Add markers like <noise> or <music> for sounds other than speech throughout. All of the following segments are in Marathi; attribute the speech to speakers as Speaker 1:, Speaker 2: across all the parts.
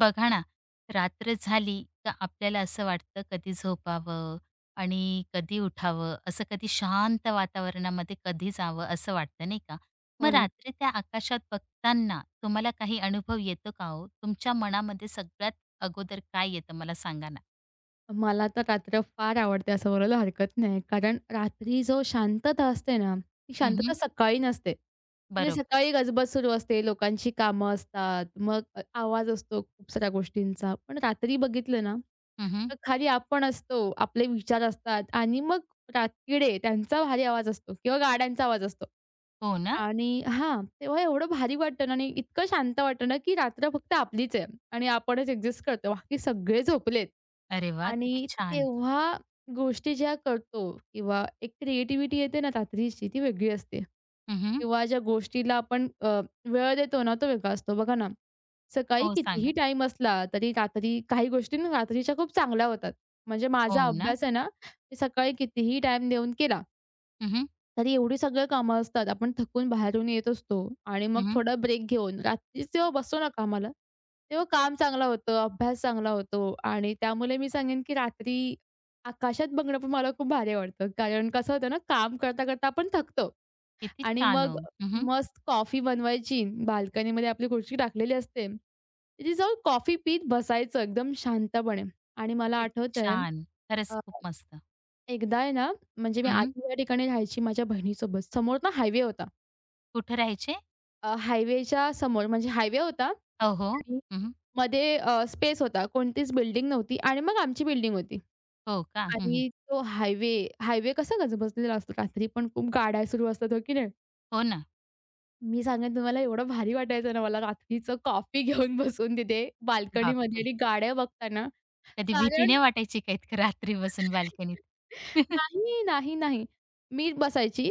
Speaker 1: बघा ना, रात्र झाली का आपल्याला असं वाटतं कधी झोपावं आणि कधी उठावं, असं कधी शांत वातावरणामध्ये कधी जावं असं वाटतं नाही का? मग
Speaker 2: हो ना.
Speaker 1: रात्री त्या आकाशात बघताना तुम्हाला काही अनुभव येतो का हो? तुमच्या मनामध्ये सगळ्यात अगोदर काय येतं मला सांगा ना?
Speaker 2: मला तर रात्र फार आवडते असं बोलायला हरकत नाही. कारण रात्री जो शांतता असते ना, ती
Speaker 1: हं,
Speaker 2: शांतता
Speaker 1: हं.
Speaker 2: सकाळी नसते. म्हणजे
Speaker 1: बरोबर.
Speaker 2: सकाळी गजबज सुरू असते, लोकांची कामं असतात, मग आवाज असतो खूप साऱ्या गोष्टींचा. पण रात्री बघितलं ना,
Speaker 1: हं, हं.
Speaker 2: तर खाली आपण असतो, आपले विचार असतात आणि मग किडे त्यांचा भारी आवाज असतो किंवा गाड्यांचा आवाज असतो.
Speaker 1: हो ना?
Speaker 2: आणि हां, तेव्हा एवढं भारी वाटतं ना आणि इतकं शांत वाटतं ना, की रात्र फक्त आपलीच आहे आणि आपणच एक्झिस्ट करतो. बाकी सगळे झोपलेत.
Speaker 1: अरे वाह! किती
Speaker 2: आणि
Speaker 1: छान.
Speaker 2: तेव्हा गोष्टी ज्या करतो किंवा एक क्रिएटिव्हिटी येते ना रात्रीची ती वेगळी असते.
Speaker 1: हं,
Speaker 2: किंवा ज्या गोष्टीला आपण वेळ देतो ना, तो वेगळा असतो. बघा ना, सकाळी
Speaker 1: हो,
Speaker 2: कितीही
Speaker 1: सांगा.
Speaker 2: टाईम असला तरी रात्री काही गोष्टी ना रात्रीच्या खूप चांगल्या होतात. म्हणजे
Speaker 1: हो
Speaker 2: माझा
Speaker 1: ना?
Speaker 2: अभ्यास आहे ना, मी सकाळी कितीही टाईम देऊन केला.
Speaker 1: हं, हं.
Speaker 2: तरी एवढी सगळी कामं असतात. आपण थकून बाहेरून येत असतो आणि मग थोडा ब्रेक घेऊन रात्रीच जेव्हा बसतो ना कामाला, तेव्हा काम चांगलं होतं, अभ्यास चांगला होतो आणि त्यामुळे मी सांगेन की रात्री आकाशात बघणं पण मला खूप भारी वाटतं. कारण कसं होतं ना, काम करता-करता आपण थकतो
Speaker 1: किती
Speaker 2: आणि
Speaker 1: छान हो.
Speaker 2: मग
Speaker 1: हं,
Speaker 2: मस्त कॉफी बनवायची, बाल्कनीमध्ये आपली खुर्ची टाकलेली असते. तिथे जाऊन कॉफी पीत बसायचं एकदम शांतपणे आणि मला
Speaker 1: किती
Speaker 2: आठवतंय
Speaker 1: छान. खरंच
Speaker 2: अ
Speaker 1: खूप मस्त.
Speaker 2: एकदा आहे ना, म्हणजे मी
Speaker 1: हं.
Speaker 2: आधी या ठिकाणी राहायची माझ्या बहिणीसोबत. समोर ना हायवे होता.
Speaker 1: कुठे राहायचे?
Speaker 2: हायवेच्या समोर म्हणजे हायवे होता
Speaker 1: हो, हो.
Speaker 2: आणि
Speaker 1: हं,
Speaker 2: मध्ये स्पेस होता. कोणतीच बिल्डिंग नव्हती आणि मग आमची बिल्डिंग होती.
Speaker 1: हो का? हं,
Speaker 2: आणि तो हायवे, हायवे कसा गजबजलेला असतो. रात्री पण खूप गाड्या सुरू असतात, हो की नाही?
Speaker 1: हो ना.
Speaker 2: मी सांगेन तुम्हाला एवढं भारी वाटायचं ना मला रात्रीचं कॉफी <laughs> घेऊन बसून तिथे बाल्कनीमध्ये
Speaker 1: बापरे!
Speaker 2: आणि गाड्या बघताना.
Speaker 1: कधी भीती
Speaker 2: कारण
Speaker 1: नाही वाटायची का इतकं रात्री बसून बाल्कनीत? <laughs>
Speaker 2: नाही, नाही, नाही. मी बसायची.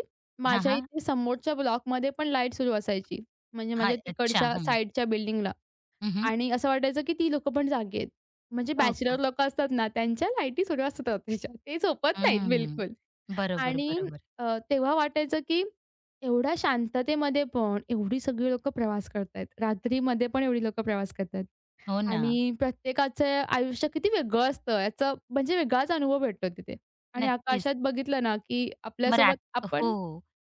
Speaker 1: हां,
Speaker 2: माझ्या
Speaker 1: हां.
Speaker 2: इथे समोरच्या ब्लॉकमध्ये पण लाईट सुरू असायची. म्हणजे
Speaker 1: हां,
Speaker 2: माझ्या
Speaker 1: अच्छा.
Speaker 2: तिकडच्या
Speaker 1: हं.
Speaker 2: साइडच्या बिल्डिंगला
Speaker 1: हं, हं.
Speaker 2: आणि असं वाटायचं, की ती लोकं पण जागी आहेत. म्हणजे
Speaker 1: हो
Speaker 2: बॅचलर
Speaker 1: का?
Speaker 2: लोकं असतात ना, त्यांच्या लाईटी सुरू असतात त्याच्या. ते झोपत नाहीत
Speaker 1: हं.
Speaker 2: बिलकुल.
Speaker 1: बरोबर,
Speaker 2: आणि
Speaker 1: बरोबर.
Speaker 2: तेव्हा वाटायचं, की एवढ्या शांततेमध्ये पण एवढी सगळी लोकं प्रवास करतायत. रात्रीमध्ये पण एवढी लोकं प्रवास करतायत.
Speaker 1: हो ना.
Speaker 2: आणि प्रत्येकाचं आयुष्य किती वेगळं असतं याचा म्हणजे वेगळाच अनुभव भेटतो तिथे. आणि
Speaker 1: नक्कीच.
Speaker 2: आकाशात बघितलं ना, की
Speaker 1: मग रात
Speaker 2: आपल्यासोबत
Speaker 1: हो.
Speaker 2: आपण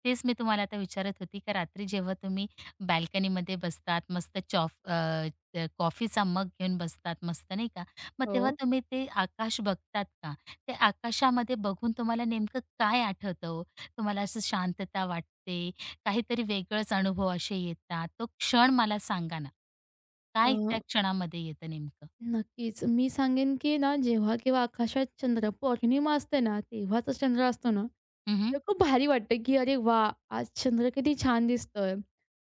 Speaker 1: तेच मी तुम्हाला आता विचारत होती, का रात्री जेव्हा तुम्ही बाल्कनीमध्ये बसतात, मस्त कॉफीचा मग घेऊन बसतात मस्त नाही का? मग
Speaker 2: हो.
Speaker 1: तेव्हा तुम्ही ते आकाश बघतात का? ते आकाशामध्ये बघून तुम्हाला नेमकं काय आठवतं हो? तुम्हाला असं शांतता वाटते, काहीतरी वेगळंच अनुभव असे येतात, तो क्षण मला सांगा ना?
Speaker 2: अ,
Speaker 1: काय त्या क्षणामध्ये येतं नेमकं?
Speaker 2: नक्कीच. मी सांगेन, की ना जेव्हा केव्हा आकाशात चंद्र पौर्णिमा असते ना, तेव्हाचा चंद्र असतो ना,
Speaker 1: हं,
Speaker 2: तर खूप भारी वाटतं, की "अरे वाह! आज चंद्र किती छान दिसतोय."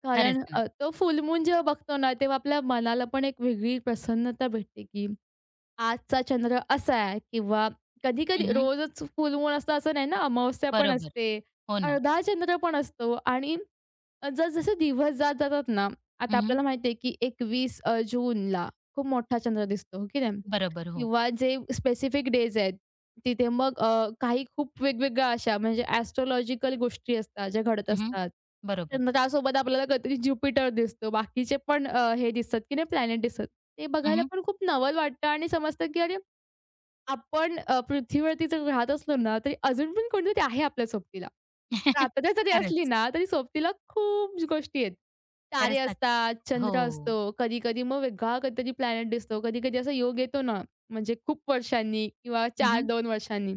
Speaker 2: कारण
Speaker 1: खरंच ना.
Speaker 2: तो फुल मून जेव्हा बघतो ना, तेव्हा आपल्या मनाला पण एक वेगळी प्रसन्नता भेटते, की आजचा चंद्र असा आहे किंवा कधी-कधी
Speaker 1: हं,
Speaker 2: रोजच फुल मून असतं असं नाही ना, अमावस्या पण
Speaker 1: बरोबर.
Speaker 2: असते.
Speaker 1: हो ना.
Speaker 2: अर्धा चंद्र पण असतो आणि जसजसे दिवस जात जातात ना, आता
Speaker 1: हं,
Speaker 2: आपल्याला माहिती आहे की 21 जूनला खूप मोठा चंद्र दिसतो, हो की नाही?
Speaker 1: बरोबर. हो.
Speaker 2: किंवा जे स्पेसिफिक डेज आहेत तिथे मग काही खूप वेगवेगळ्या अशा म्हणजे एस्ट्रोलॉजिकल गोष्टी असतात ज्या घडत
Speaker 1: हं,
Speaker 2: असतात.
Speaker 1: बरोबर.
Speaker 2: चंद्रासोबत आपल्याला कधीतरी ज्युपिटर दिसतो. बाकीचे पण हे दिसतात की नाही प्लॅनेट दिसतात. ते बघायला
Speaker 1: हं,
Speaker 2: पण खूप नवल वाटतं आणि समजतं की अरे आपण पृथ्वीवरती जर राहत असलो ना, तरी अजून पण कोणीतरी आहे आपल्या सोबतीला.
Speaker 1: <laughs>
Speaker 2: प्रार्थना जरी असली
Speaker 1: खरंच,
Speaker 2: ना, तरी सोबतीला खूप गोष्टी आहेत. तारे
Speaker 1: खरंच ना.
Speaker 2: असतात,
Speaker 1: हो.
Speaker 2: चंद्र असतो, कधी-कधी मग वेगळा कधीतरी प्लॅनेट दिसतो. कधी-कधी असा योग येतो ना, म्हणजे खूप वर्षांनी किंवा
Speaker 1: हं, हं.
Speaker 2: 4-2 वर्षांनी,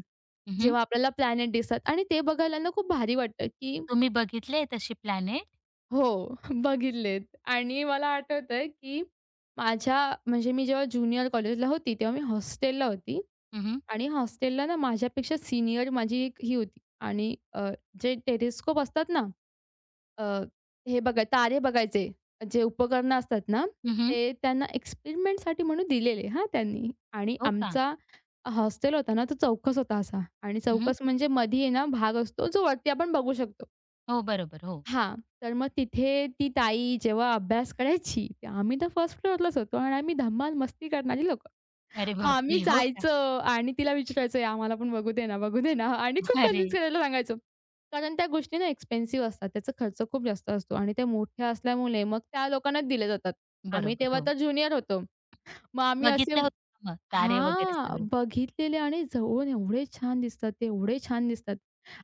Speaker 2: जेव्हा आपल्याला प्लॅनेट दिसतात आणि ते बघायला ना खूप भारी वाटतं, की
Speaker 1: तुम्ही बघितले तशी प्लॅनेट?
Speaker 2: हो, <laughs> बघितलेत. आणि मला आठवतंय, की माझ्या म्हणजे मी जेव्हा ज्युनियर कॉलेजला होती, तेव्हा मी हॉस्टेलला होती.
Speaker 1: हं, हं.
Speaker 2: आणि हॉस्टेलला ना माझ्यापेक्षा सीनियर माझी एक ही होती आणि जे टेलिस्कोप असतात ना, अ, हे बघा तारे बघायचे जे उपकरणं असतात ना, ते त्यांना एक्सपेरिमेंटसाठी म्हणून दिलेले हां त्यांनी. आणि
Speaker 1: हो का?
Speaker 2: आमचा हॉस्टेल होता ना, तो चौकस होता असा आणि
Speaker 1: हं,
Speaker 2: चौकोस म्हणजे मधी आहे ना भाग असतो जो वरती आपण बघू शकतो.
Speaker 1: हो, बरोबर. हो.
Speaker 2: हां, तर मग तिथे ती ताई जेव्हा अभ्यास करायची, आम्ही तर फर्स्ट फ्लोअरलाच होतो आणि आम्ही धमाल मस्ती करणारी लोकं.
Speaker 1: अरे
Speaker 2: हां, मी
Speaker 1: बापरे! हो का?
Speaker 2: जायचं आणि तिला विचारायचं, "ए, आम्हाला पण बघू दे ना, बघू दे ना" आणि
Speaker 1: <laughs>
Speaker 2: खूप
Speaker 1: अरे
Speaker 2: कन्विन्स करायला सांगायचो. कारण त्या गोष्टी ना एक्सपेन्सिव्ह असतात. त्याचा खर्च खूप जास्त असतो आणि त्या मोठ्या असल्यामुळे मग त्या लोकांनाच दिल्या जातात. आम्ही
Speaker 1: बरोबर.
Speaker 2: तेव्हा
Speaker 1: हो.
Speaker 2: तर ज्युनियर होतो. मग आम्ही असे
Speaker 1: बघितल्या होत्या का मग तारे वगैरे
Speaker 2: हां,
Speaker 1: सगळे?
Speaker 2: बघितलेले आणि जवळून एवढे छान दिसतात ते, एवढे छान दिसतात.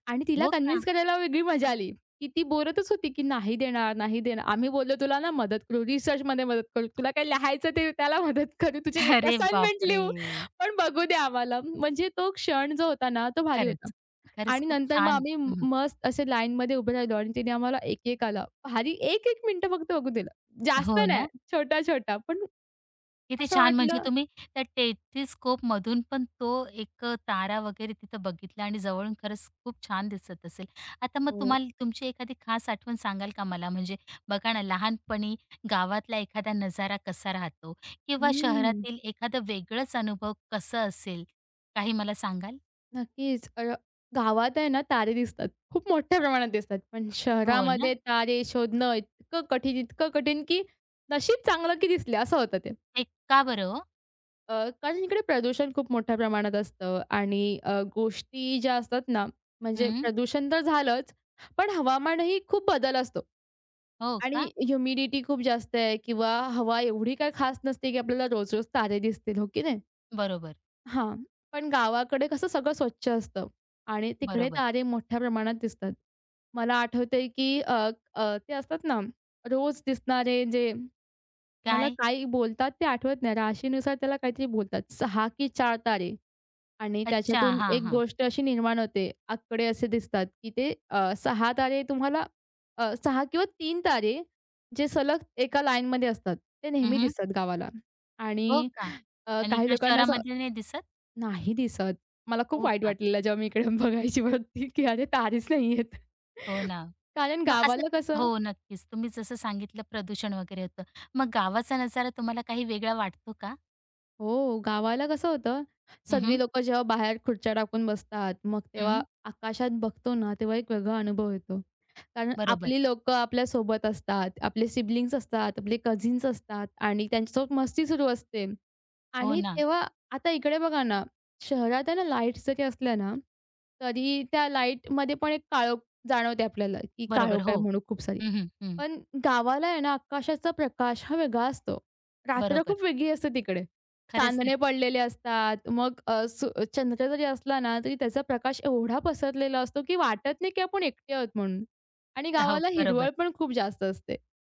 Speaker 2: आणि तिला
Speaker 1: हो का?
Speaker 2: कन्विन्स करायला वेगळी मजा आली, की ती बोलतच होती, की "नाही देणार, नाही देणार." आम्ही बोललो, "तुला ना मदत करू, रिसर्चमध्ये मदत करू, तुला काय लिहायचं ते त्याला मदत करू, तुझे
Speaker 1: <laughs> अरे
Speaker 2: असाइनमेंट
Speaker 1: बापरे!
Speaker 2: लिहू, पण बघू दे आम्हाला." म्हणजे तो क्षण जो होता ना, तो भारी होता.
Speaker 1: खरंच. खरंच
Speaker 2: आणि
Speaker 1: खूप
Speaker 2: नंतर मग
Speaker 1: छान.
Speaker 2: आम्ही
Speaker 1: हं,
Speaker 2: मस्त असे लाईनमध्ये उभे राहिलो आणि तिने आम्हाला एक-एक आला. भारी 1-1 मिनिटं फक्त बघू दिलं. जास्त
Speaker 1: हो
Speaker 2: नाही,
Speaker 1: ना?
Speaker 2: छोटा-छोटा, पण
Speaker 1: किती
Speaker 2: असं
Speaker 1: छान! म्हणजे
Speaker 2: वाटलं
Speaker 1: तुम्ही त्या टेलिस्कोप मधून पण तो एक तारा वगैरे तिथं बघितला आणि जवळून खरंच खूप छान दिसत असेल. आता मग
Speaker 2: हो.
Speaker 1: तुम्हाला तुमची एखादी खास आठवण सांगाल का मला? म्हणजे बघा ना, लहानपणी गावातला एखादा नजारा कसा राहतो किंवा
Speaker 2: हं.
Speaker 1: शहरातील एखादा वेगळाच अनुभव कसा असेल? काही मला सांगाल?
Speaker 2: नक्कीच. गावात आहे ना तारे दिसतात. खूप मोठ्या प्रमाणात दिसतात. पण
Speaker 1: हो ना?
Speaker 2: शहरामध्ये तारे शोधणं इतकं कठीण, इतकं कठीण, की नशीब चांगलं की दिसले असं होतं ते.
Speaker 1: ते का बरं हो?
Speaker 2: अ, कारण इकडे प्रदूषण खूप मोठ्या प्रमाणात असतं आणि गोष्टी ज्या असतात ना, म्हणजे
Speaker 1: हं.
Speaker 2: प्रदूषण तर झालंच, पण हवामानही खूप बदल असतो
Speaker 1: हो
Speaker 2: आणि
Speaker 1: का?
Speaker 2: ह्युमिडिटी खूप जास्त आहे किंवा हवा एवढी काही खास नसते, की आपल्याला रोज-रोज तारे दिसतील, हो की नाही?
Speaker 1: बरोबर,
Speaker 2: हां, पण गावाकडे कसं सगळं स्वच्छ असतं आणि तिकडे
Speaker 1: बरोबर.
Speaker 2: तारे मोठ्या प्रमाणात दिसतात. मला आठवतंय की अ, अ, ते असतात ना, रोज दिसणारे जे मला
Speaker 1: काय?
Speaker 2: काही बोलतात ते आठवत नाही. राशीनुसार त्याला काहीतरी बोलतात. सहा की 4 तारे आणि
Speaker 1: अच्छा.
Speaker 2: त्याच्यातून
Speaker 1: हां,
Speaker 2: एक
Speaker 1: हां.
Speaker 2: गोष्ट अशी निर्माण होते. आकडे असे दिसतात की ते 6 तारे तुम्हाला 6 किंवा 3 तारे जे सलग एका लाईनमध्ये असतात, ते नेहमी
Speaker 1: हं,
Speaker 2: दिसतात गावाला
Speaker 1: हो
Speaker 2: आणि
Speaker 1: का? आणि
Speaker 2: काही
Speaker 1: इकडे
Speaker 2: लोकांना
Speaker 1: शहरामध्ये नाही दिसत?
Speaker 2: नाही दिसत. मला खूप
Speaker 1: हो
Speaker 2: वाईट
Speaker 1: का?
Speaker 2: वाटलेलं जेव्हा मी इकडे <laughs> बघायची वरती, की अरे तारेच नाहीयेत.
Speaker 1: हो ना.
Speaker 2: कारण
Speaker 1: मग असं
Speaker 2: गावाला
Speaker 1: क-
Speaker 2: कसं
Speaker 1: हो, नक्कीच. तुम्ही जसं सांगितलं प्रदूषण वगैरे होतं. मग गावाचा नजारा तुम्हाला काही वेगळा वाटतो का?
Speaker 2: हो, गावाला कसं होतं,
Speaker 1: हं,
Speaker 2: सगळी
Speaker 1: हं.
Speaker 2: लोकं जेव्हा बाहेर खुर्च्या टाकून बसतात, मग तेव्हा आकाशात बघतो ना, तेव्हा एक वेगळा अनुभव येतो. कारण
Speaker 1: बरोबर.
Speaker 2: आपली लोकं आपल्यासोबत असतात, आपले सिबलिंग्स असतात, आपले कझिन्स असतात आणि त्यांच्यासोबत मस्ती सुरू असते.
Speaker 1: हो
Speaker 2: आणि
Speaker 1: ना.
Speaker 2: तेव्हा आता इकडे बघा ना, शहरात आहे ना, लाईट्स जरी असल्या ना, तरी त्या लाईटमध्ये पण एक काळोख जाणवते आपल्याला, की
Speaker 1: बरोबर.
Speaker 2: काळोख आहे
Speaker 1: हो.
Speaker 2: म्हणून खूप सारी.
Speaker 1: हं, हं. हं.
Speaker 2: पण गावाला आहे ना आकाशाचा प्रकाश हा वेगळा असतो. रात्र
Speaker 1: बरोबर.
Speaker 2: खूप वेगळी असते तिकडे.
Speaker 1: खरंच न
Speaker 2: चांदणे पडलेले असतात. मग अ, सु चंद्र जरी असला ना, तरी त्याचा प्रकाश एवढा पसरलेला असतो, की वाटत नाही की आपण एकटे आहोत म्हणून. आणि
Speaker 1: हो,
Speaker 2: गावाला
Speaker 1: बरोबर.
Speaker 2: हिरवळ पण खूप जास्त असते.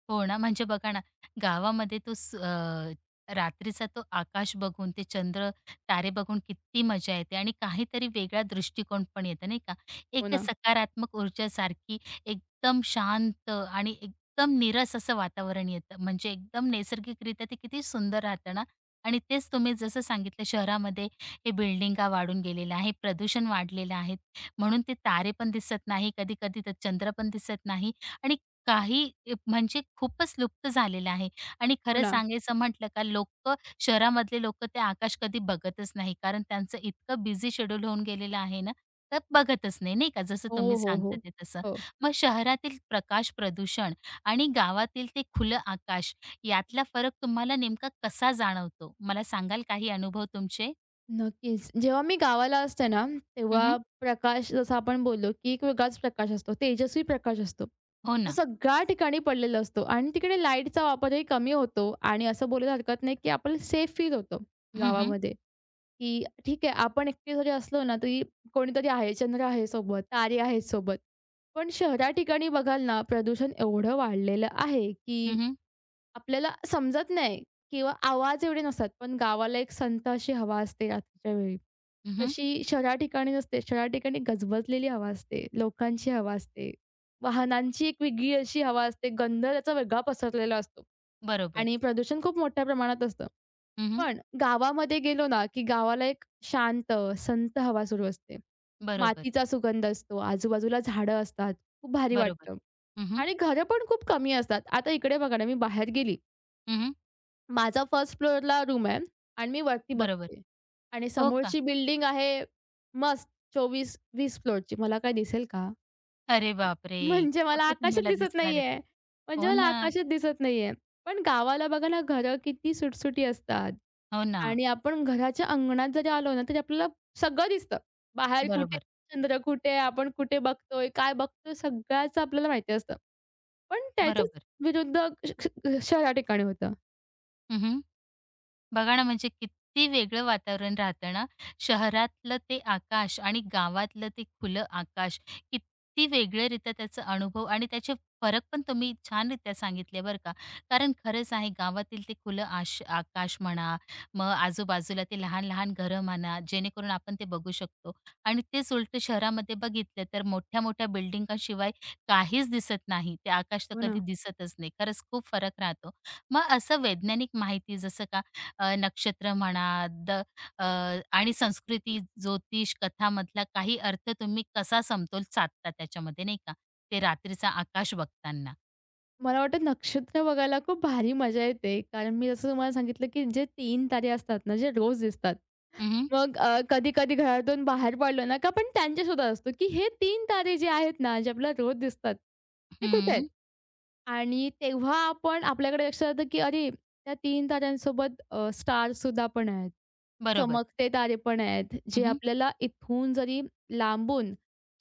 Speaker 1: हो ना, म्हणजे बघा ना, गावामध्ये तो रात्रीचा तो आकाश बघून, ते चंद्र, तारे बघून किती मजा येते आणि काहीतरी वेगळा दृष्टिकोन पण येतो, नाही का?
Speaker 2: हो
Speaker 1: एक
Speaker 2: ना,
Speaker 1: सकारात्मक ऊर्जासारखी एकदम शांत आणि एकदम नीरस असं वातावरण येतं. म्हणजे एकदम नैसर्गिकरित्या ते किती सुंदर राहतं ना आणि तेच तुम्ही जसं सांगितलं शहरामध्ये हे बिल्डिंगा वाढून गेलेल्या आहे, प्रदूषण वाढलेलं आहे, म्हणून ते तारे पण दिसत नाही, कधी-कधी तर चंद्र पण दिसत नाही आणि काही म्हणजे खूपच लुप्त झालेलं आहे आणि
Speaker 2: हो
Speaker 1: खरं
Speaker 2: ना.
Speaker 1: सांगायचं म्हटलं का लोकं शहरामधले लोक ते आकाश कधी बघतच नाही. कारण त्यांचं इतकं बिझी शेड्यूल होऊन गेलेलं आहे ना, तर बघतच नाही, नाही का? जसं
Speaker 2: हो,
Speaker 1: तुम्ही
Speaker 2: हो,
Speaker 1: सांगता
Speaker 2: हो.
Speaker 1: ते तसं.
Speaker 2: हो.
Speaker 1: मग शहरातील प्रकाश प्रदूषण आणि गावातील ते खुलं आकाश यातला फरक तुम्हाला नेमका कसा जाणवतो? मला सांगाल काही अनुभव तुमचे?
Speaker 2: नक्कीच. जेव्हा मी गावाला असते ना, तेव्हा
Speaker 1: हं,
Speaker 2: प्रकाश जसं आपण बोललो, की एक वेगळाच प्रकाश असतो, तेजस्वी प्रकाश असतो.
Speaker 1: हो
Speaker 2: तो
Speaker 1: ना.
Speaker 2: सगळ्या ठिकाणी पडलेला असतो आणि तिकडे लाईटचा वापरही कमी होतो आणि असं बोलायला हरकत नाही, की आपल्याला सेफ फील होतं
Speaker 1: हं, हं.
Speaker 2: गावामध्ये, की ठीक आहे आपण एकटे जरी असलो ना, तरी कोणीतरी आहे, चंद्र आहे सोबत, तारे आहेत सोबत. पण शहरा ठिकाणी बघाल ना, प्रदूषण एवढं वाढलेलं आहे, की
Speaker 1: हं,
Speaker 2: आपल्याला समजत नाही किंवा आवाज एवढे नसतात. पण गावाला एक संथ अशी हवा असते रात्रीच्या वेळी. तशी शहरा ठिकाणी नसते. शहरा ठिकाणी गजबजलेली हवा असते, लोकांची हवा असते, वाहनांची एक वेगळी अशी हवा असते, गंध त्याचा वेगळा पसरलेला असतो
Speaker 1: बरोबर.
Speaker 2: आणि प्रदूषण खूप मोठ्या प्रमाणात असतं.
Speaker 1: हं,
Speaker 2: पण गावामध्ये गेलो ना, की गावाला एक शांत, संथ हवा सुरू असते.
Speaker 1: बरोबर,
Speaker 2: मातीचा सुगंध असतो, आजूबाजूला झाडं असतात, खूप भारी
Speaker 1: बरोबर.
Speaker 2: वाटतं
Speaker 1: हं, हं.
Speaker 2: आणि घरं पण खूप कमी असतात. आता इकडे बघा ना, मी बाहेर गेली माझा फर्स्ट फ्लोअरला रूम आहे आणि मी वरती
Speaker 1: बरोबर.
Speaker 2: बघते आणि
Speaker 1: हो का?
Speaker 2: समोरची बिल्डिंग आहे मस्त 24-20 फ्लोअरची. मला काय दिसेल का?
Speaker 1: अरे बापरे!
Speaker 2: <laughs> म्हणजे मला
Speaker 1: कुठं
Speaker 2: आकाशच
Speaker 1: तुम्हाला
Speaker 2: दिसत
Speaker 1: दिसणार आहे
Speaker 2: नाहीये.
Speaker 1: ते?
Speaker 2: म्हणजे
Speaker 1: हो
Speaker 2: मला
Speaker 1: ना,
Speaker 2: आकाशच दिसत नाहीये. पण गावाला बघा ना घरं किती सुटसुटी असतात
Speaker 1: हो ना.
Speaker 2: आणि आपण घराच्या अंगणात जरी आलो ना, तरी आपल्याला सगळं दिसतं. बाहेर कुठे
Speaker 1: बरोबर,
Speaker 2: चंद्र कुठे, आपण कुठे बघतोय, काय बघतोय, सगळ्याचं आपल्याला माहिती असतं. पण त्याच्याच
Speaker 1: बरोबर.
Speaker 2: विरुद्ध श श शहरा ठिकाणी होतं.
Speaker 1: हं, बघा ना, म्हणजे किती वेगळं वातावरण राहतं ना. शहरातलं ते आकाश आणि गावातलं ते खुलं आकाश. किती वेगळ्यारीत्या त्याचा अनुभव आणि त्याचे फरक पण तुम्ही छानरीत्या सांगितले बरं का. कारण खरंच आहे गावातील ते खुलं आकाश म्हणा, मग आजूबाजूला ते लहान-लहान घरं म्हणा, जेणेकरून आपण ते बघू शकतो आणि तेच उलटं शहरामध्ये बघितलं तर मोठ्या-मोठ्या बिल्डिंगाशिवाय काहीच दिसत नाही. ते आकाश तर
Speaker 2: हो
Speaker 1: कधी
Speaker 2: ना.
Speaker 1: दिसतच नाही. खरंच खूप फरक राहतो. मग असं वैज्ञानिक माहिती जसं नक्षत्र म्हणा द अ, आणि संस्कृती, ज्योतिष, कथामधला काही अर्थ तुम्ही कसा समतोल साधता त्याच्यामध्ये नाही का? ते रात्रीचा आकाश बघताना.
Speaker 2: मला वाटतं नक्षत्र बघायला खूप भारी मजा येते. कारण मी जसं तुम्हाला सांगितलं, की जे तीन तारे असतात ना, जे रोज दिसतात.
Speaker 1: हं, हं.
Speaker 2: मग कधी-कधी घरातून बाहेर पडलो ना, का आपण त्यांच्या शोधात असतो, की हे तीन तारे जे आहेत ना, जे आपल्याला रोज दिसतात, ते कुठे आहेत? आणि तेव्हा आपण आपल्याकडे लक्षात येतं, की अरे, त्या 3 ताऱ्यांसोबत स्टारसुद्धा पण आहेत.
Speaker 1: बरोबर.
Speaker 2: चमकते तारे पण आहेत, जे
Speaker 1: हं,
Speaker 2: आपल्याला इथून जरी लांबून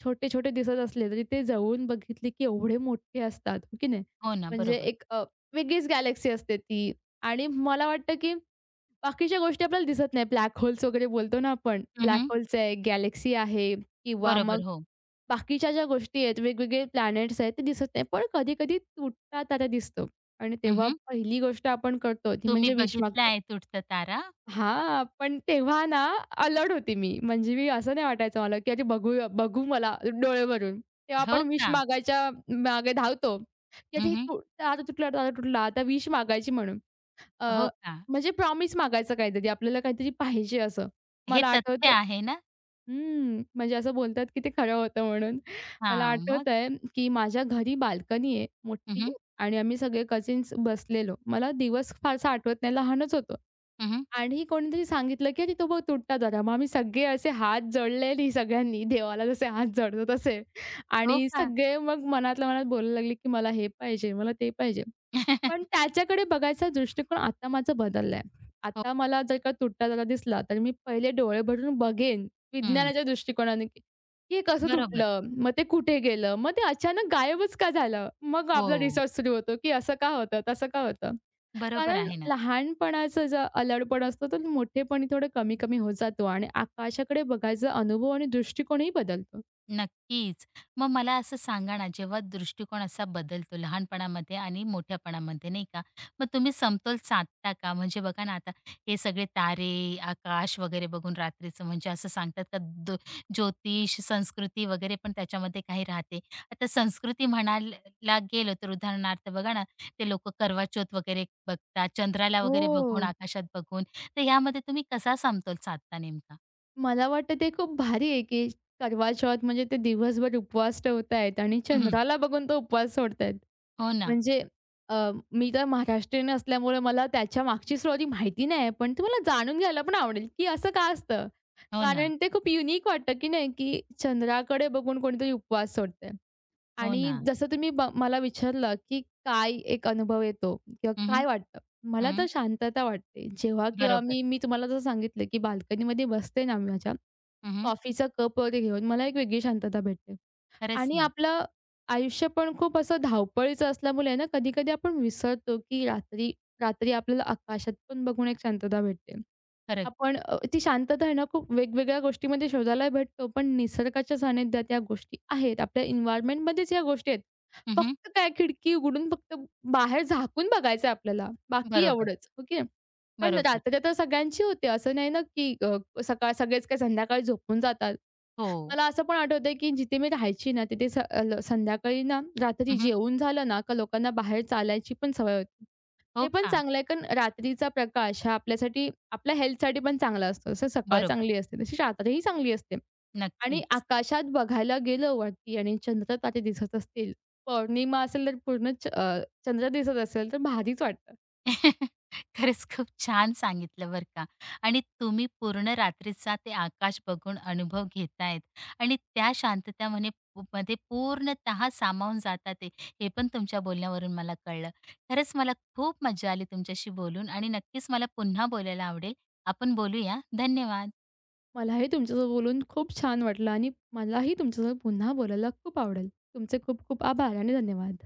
Speaker 2: छोटे-छोटे दिसत असले, तरी ते जवळून बघितले, की एवढे मोठे असतात, हो की नाही?
Speaker 1: हो ना,
Speaker 2: म्हणजे
Speaker 1: बरोबर.
Speaker 2: एक वेगळीच गॅलेक्सी असते ती आणि मला वाटतं, की बाकीच्या गोष्टी आपल्याला दिसत नाही. ब्लॅक होल्स वगैरे बोलतो ना आपण.
Speaker 1: हं,
Speaker 2: ब्लॅक होल्स आहे, गॅलेक्सी आहे किंवा मग
Speaker 1: बरोबर, हो.
Speaker 2: बाकीच्या ज्या गोष्टी आहेत, वेगवेगळे प्लॅनेट्स आहेत, ते दिसत नाही. पण कधी-कधी तुटता तारा दिसतो आणि तेव्हा
Speaker 1: हं,
Speaker 2: पहिली गोष्ट आपण करतो ती
Speaker 1: तुम्ही
Speaker 2: म्हणजे विश
Speaker 1: बघितला
Speaker 2: मागतो.
Speaker 1: आहे तुटता तारा?
Speaker 2: हां, पण तेव्हा ना अलर्ट होती मी. म्हणजे मी असं नाही वाटायचं मला, की "अरे बघूया बघू मला डोळे भरून." तेव्हा आपण
Speaker 1: हो
Speaker 2: विश
Speaker 1: का?
Speaker 2: मागायच्या मागे धावतो, की "अरे
Speaker 1: हं,
Speaker 2: तू तारा तुटला, तारा तुटला." आता विश मागायची म्हणून. अ,
Speaker 1: हो का?
Speaker 2: म्हणजे प्रॉमिस मागायचं काहीतरी, आपल्याला काहीतरी पाहिजे असं.
Speaker 1: हे
Speaker 2: मला
Speaker 1: तथ्य
Speaker 2: आठवतं
Speaker 1: आहे ना?
Speaker 2: हम्म, म्हणजे असं बोलतात की ते खरं होतं म्हणून. मला
Speaker 1: हां, मग?
Speaker 2: आठवतंय की माझ्या घरी बाल्कनी आहे
Speaker 1: हं,
Speaker 2: मोठी
Speaker 1: हं.
Speaker 2: आणि आम्ही सगळे कझिन्स बसलेलो. मला दिवस फारसा आठवत नाही, लहानच होतो आणि कोणीतरी सांगितलं की "अरे, तो बघ तुटला जरा." मग आम्ही सगळे असे हात जोडलेले सगळ्यांनी देवाला जसे हात जोडतो तसे
Speaker 1: हो
Speaker 2: आणि
Speaker 1: का?
Speaker 2: सगळे मग मनातल्या मनात बोलायला लागले की "मला हे पाहिजे, मला ते पाहिजे." पण
Speaker 1: <laughs>
Speaker 2: त्याच्याकडे बघायचा दृष्टिकोन आता माझा बदललाय.
Speaker 1: हो.
Speaker 2: आता मला जर का तुटता तारा दिसला, तर मी पहिले डोळे भरून बघेन
Speaker 1: हं.
Speaker 2: विज्ञानाच्या दृष्टिकोनाने, की हे कसं
Speaker 1: बरोबर.
Speaker 2: तुटलं? मग ते कुठे गेलं? मग ते अचानक गायबच का झालं? मग आपला
Speaker 1: हो.
Speaker 2: रिसर्च सुरू होतो, की असं का होतं? तसं का होतं?
Speaker 1: बरोबर
Speaker 2: कारण
Speaker 1: आहे ना.
Speaker 2: लहानपणाचं जो अल्लडपण असतो, तो मोठेपणी थोडं कमी-कमी होत जातो आणि आकाशाकडे बघायचा अनुभव आणि दृष्टिकोनही बदलतो.
Speaker 1: नक्कीच. मग मला असं सांगा ना, जेव्हा दृष्टिकोन असा बदलतो लहानपणामध्ये आणि मोठ्यापणामध्ये नाही का, मग तुम्ही समतोल साधता का? म्हणजे बघा ना, आता हे सगळे तारे, आकाश वगैरे बघून रात्रीचं म्हणजे असं सांगतात का द ज्योतिष, संस्कृती वगैरे पण त्याच्यामध्ये काही राहते. आता संस्कृती म्हणायला गेलो तर उदाहरणार्थ बघा ना, ते लोकं करवा वगैरे बघतात, चंद्राला
Speaker 2: हो.
Speaker 1: वगैरे बघून, आकाशात बघून. तर ह्यामध्ये तुम्ही कसा समतोल साधता नेमका?
Speaker 2: मला वाटतं ते खूप भारी आहे, की करवा चौथ म्हणजे ते दिवसभर उपवास ठेवतायत आणि
Speaker 1: हं,
Speaker 2: चंद्राला बघून तो उपवास सोडतायत.
Speaker 1: हो ना,
Speaker 2: म्हणजे अ, मी तर महाराष्ट्रीयन असल्यामुळे मला त्याच्या मागची स्टोरी माहिती नाही पण ती मला जाणून घ्यायला पण आवडेल, की असं का असतं?
Speaker 1: हो ना,
Speaker 2: कारण ते खूप युनिक वाटतं, की नाही, की चंद्राकडे बघून कोणीतरी उपवास सोडतंय.
Speaker 1: हो
Speaker 2: आणि
Speaker 1: ना.
Speaker 2: जसं तुम्ही मला विचारलं, की काय एक अनुभव येतो किंवा काय वाटतं? मला तर
Speaker 1: हं,
Speaker 2: शांतता वाटते. जेव्हा किंवा
Speaker 1: बरोबर.
Speaker 2: मी मी तुम्हाला जसं सांगितलं, की बाल्कनीमध्ये बसते ना माझ्या,
Speaker 1: हं, हं.
Speaker 2: कॉफीचा कप वगैरे घेऊन मला एक वेगळी शांतता भेटते.
Speaker 1: खरंच
Speaker 2: आणि
Speaker 1: ना.
Speaker 2: आपलं आयुष्य पण खूप असं धावपळीचं असल्यामुळे आहे ना, कधी-कधी आपण विसरतो, की रात्री रात्री आपल्याला आकाशात पण बघून एक शांतता भेटते.
Speaker 1: खरंच.
Speaker 2: आपण ती शांतता आहे ना, खूप वेगवेगळ्या गोष्टीमध्ये शोधायला भेटतो, पण निसर्गाच्या सानिध्यात या गोष्टी आहेत. आपल्या एन्व्हायर्नमेंटमध्येच या गोष्टी आहेत.
Speaker 1: हं,
Speaker 2: फक्त काय खिडकी उघडून फक्त बाहेर झाकून बघायचं आपल्याला, बाकी
Speaker 1: बरोबर,
Speaker 2: एवढंच. ओके. कारण
Speaker 1: बरोबर.
Speaker 2: रात्र तर सगळ्यांची होते. असं नाही ना, की सकाळ सगळेच काय संध्याकाळी झोपून जातात.
Speaker 1: हो.
Speaker 2: मला असं पण आठवतंय, की जिथे मी राहायची ना, तिथे स अ, ल संध्याकाळी ना, रात्री
Speaker 1: हं,
Speaker 2: जेवून झालं ना, का लोकांना बाहेर चालायची पण सवय होती. ते
Speaker 1: हो
Speaker 2: पण
Speaker 1: का?
Speaker 2: चांगलं आहे, कारण रात्रीचा प्रकाश हा आपल्यासाठी आपल्या हेल्थसाठी पण चांगला असतो. जसं सकाळ
Speaker 1: बरोबर.
Speaker 2: चांगली असते, तशी रात्रही चांगली असते. आणि
Speaker 1: नक्कीच.
Speaker 2: आकाशात बघायला गेलो वरती आणि चंद्रतारे दिसत असतील, पौर्णिमा असेल तर पूर्ण चंद्र दिसत असेल तर भारीच वाटतं.
Speaker 1: <laughs> खरंच खूप छान सांगितलं बरं का आणि तुम्ही पूर्ण रात्रीचा ते आकाश बघून अनुभव घेतायत आणि त्या शांततामध्ये मध्ये पूर्णतः सामावून जातात ते, हे पण तुमच्या बोलण्यावरून मला कळलं. खरंच मला खूप मजा आली तुमच्याशी बोलून आणि नक्कीच मला पुन्हा बोलायला आवडेल. आपण बोलूया. धन्यवाद.
Speaker 2: मलाही तुमच्यासोबत बोलून खूप छान वाटलं आणि मलाही तुमच्यासोबत पुन्हा बोलायला खूप आवडेल. तुमचे खूप खूप आभार आणि धन्यवाद.